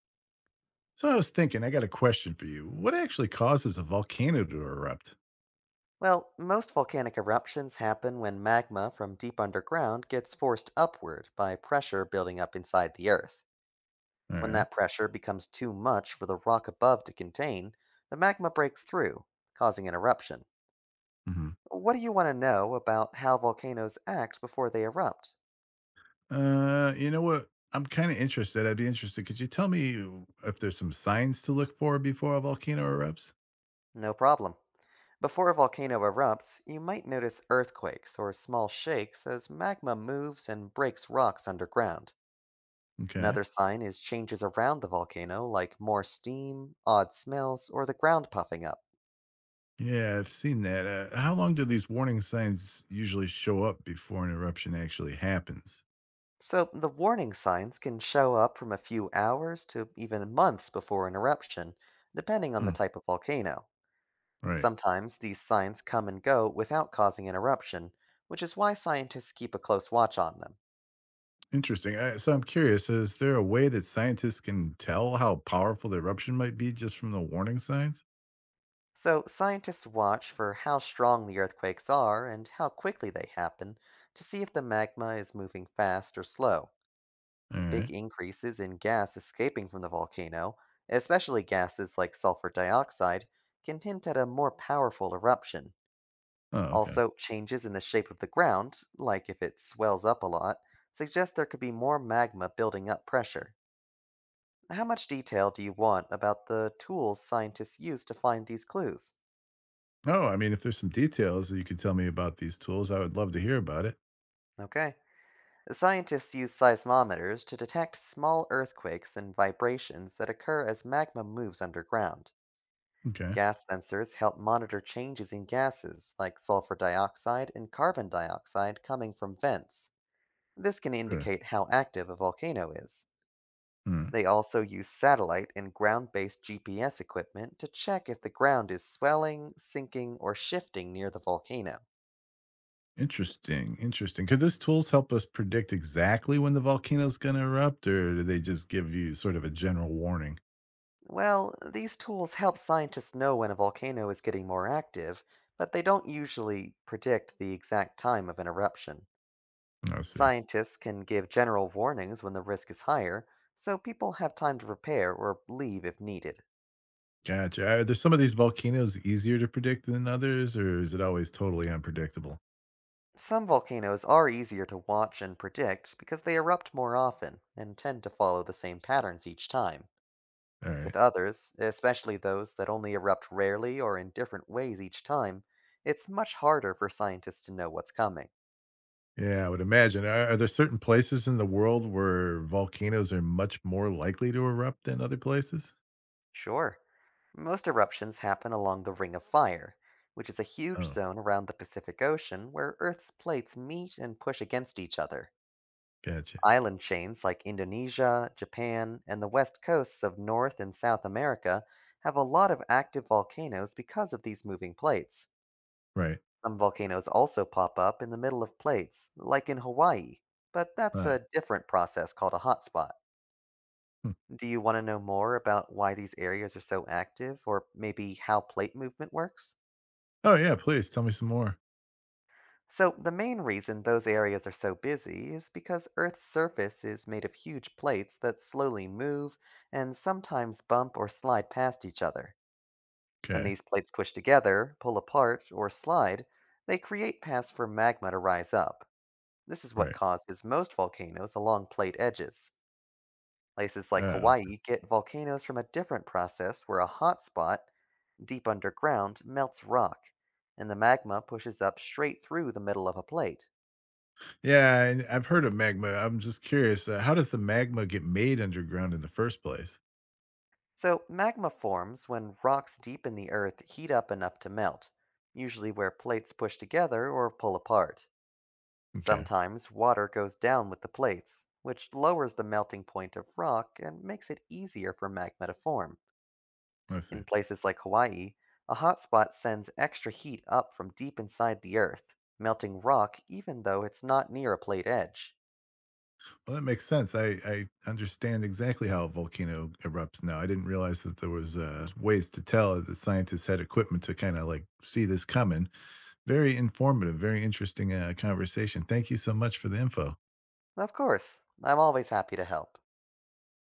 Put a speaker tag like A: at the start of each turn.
A: So I was thinking, I got a question for you. What actually causes a volcano to erupt?
B: Well, most volcanic eruptions happen when magma from deep underground gets forced upward by pressure building up inside the Earth.
A: All
B: When
A: right.
B: that pressure becomes too much for the rock above to contain, the magma breaks through, causing an eruption.
A: hmm
B: What do you want to know about how volcanoes act before they erupt?
A: You know what? I'm kind of interested. I'd be interested. Could you tell me if there's some signs to look for before a volcano erupts?
B: No problem. Before a volcano erupts, you might notice earthquakes or small shakes as magma moves and breaks rocks underground.
A: Okay.
B: Another sign is changes around the volcano, like more steam, odd smells, or the ground puffing up.
A: Yeah, I've seen that. How long do these warning signs usually show up before an eruption actually happens?
B: So the warning signs can show up from a few hours to even months before an eruption, depending on
A: Hmm.
B: the type of volcano.
A: Right.
B: Sometimes these signs come and go without causing an eruption, which is why scientists keep a close watch on them.
A: Interesting. So I'm curious, is there a way that scientists can tell how powerful the eruption might be just from the warning signs?
B: So scientists watch for how strong the earthquakes are and how quickly they happen to see if the magma is moving fast or slow.
A: All
B: Big
A: right.
B: increases in gas escaping from the volcano, especially gases like sulfur dioxide, can hint at a more powerful eruption.
A: Oh, okay.
B: Also, changes in the shape of the ground, like if it swells up a lot, suggest there could be more magma building up pressure. How much detail do you want about the tools scientists use to find these clues?
A: No, I mean, if there's some details that you could tell me about these tools, I would love to hear about it.
B: Okay. Scientists use seismometers to detect small earthquakes and vibrations that occur as magma moves underground.
A: Okay.
B: Gas sensors help monitor changes in gases like sulfur dioxide and carbon dioxide coming from vents. This can
A: Sure.
B: indicate how active a volcano is.
A: Hmm.
B: They also use satellite and ground based GPS equipment to check if the ground is swelling, sinking, or shifting near the volcano.
A: Interesting. Interesting. Could these tools help us predict exactly when the volcano's going to erupt, or do they just give you sort of a general warning?
B: Well, these tools help scientists know when a volcano is getting more active, but they don't usually predict the exact time of an eruption.
A: Oh, I see.
B: Scientists can give general warnings when the risk is higher, so people have time to prepare or leave if needed.
A: Gotcha. Are there some of these volcanoes easier to predict than others, or is it always totally unpredictable?
B: Some volcanoes are easier to watch and predict because they erupt more often and tend to follow the same patterns each time.
A: All
B: With
A: right.
B: others, especially those that only erupt rarely or in different ways each time, it's much harder for scientists to know what's coming.
A: Yeah, I would imagine. Are there certain places in the world where volcanoes are much more likely to erupt than other places?
B: Sure. Most eruptions happen along the Ring of Fire, which is a huge
A: Oh,
B: zone around the Pacific Ocean where Earth's plates meet and push against each other.
A: gotcha.
B: Island chains like Indonesia, Japan, and the west coasts of North and South America have a lot of active volcanoes because of these moving plates.
A: Right.
B: Some volcanoes also pop up in the middle of plates, like in Hawaii, but that's
A: Ah.
B: a different process called a hotspot. Do you want to know more about why these areas are so active, or maybe how plate movement works?
A: Oh, yeah, please tell me some more.
B: So, the main reason those areas are so busy is because Earth's surface is made of huge plates that slowly move and sometimes bump or slide past each other. When
A: Okay,
B: these plates push together, pull apart, or slide, they create paths for magma to rise up. This is what
A: right.
B: causes most volcanoes along plate edges. Places like
A: Ah, okay.
B: Hawaii get volcanoes from a different process where a hot spot deep underground melts rock, and the magma pushes up straight through the middle of a plate.
A: Yeah, and I've heard of magma. I'm just curious, how does the magma get made underground in the first place?
B: So, magma forms when rocks deep in the earth heat up enough to melt, usually where plates push together or pull apart.
A: Okay,
B: Sometimes water goes down with the plates, which lowers the melting point of rock and makes it easier for magma to form.
A: I see.
B: In places like Hawaii, a hotspot sends extra heat up from deep inside the earth, melting rock even though it's not near a plate edge.
A: Well, that makes sense. I understand exactly how a volcano erupts now. I didn't realize that there was ways to tell that scientists had equipment to kind of like see this coming. Very informative, very interesting conversation. Thank you so much for the info.
B: Of course, I'm always happy to help.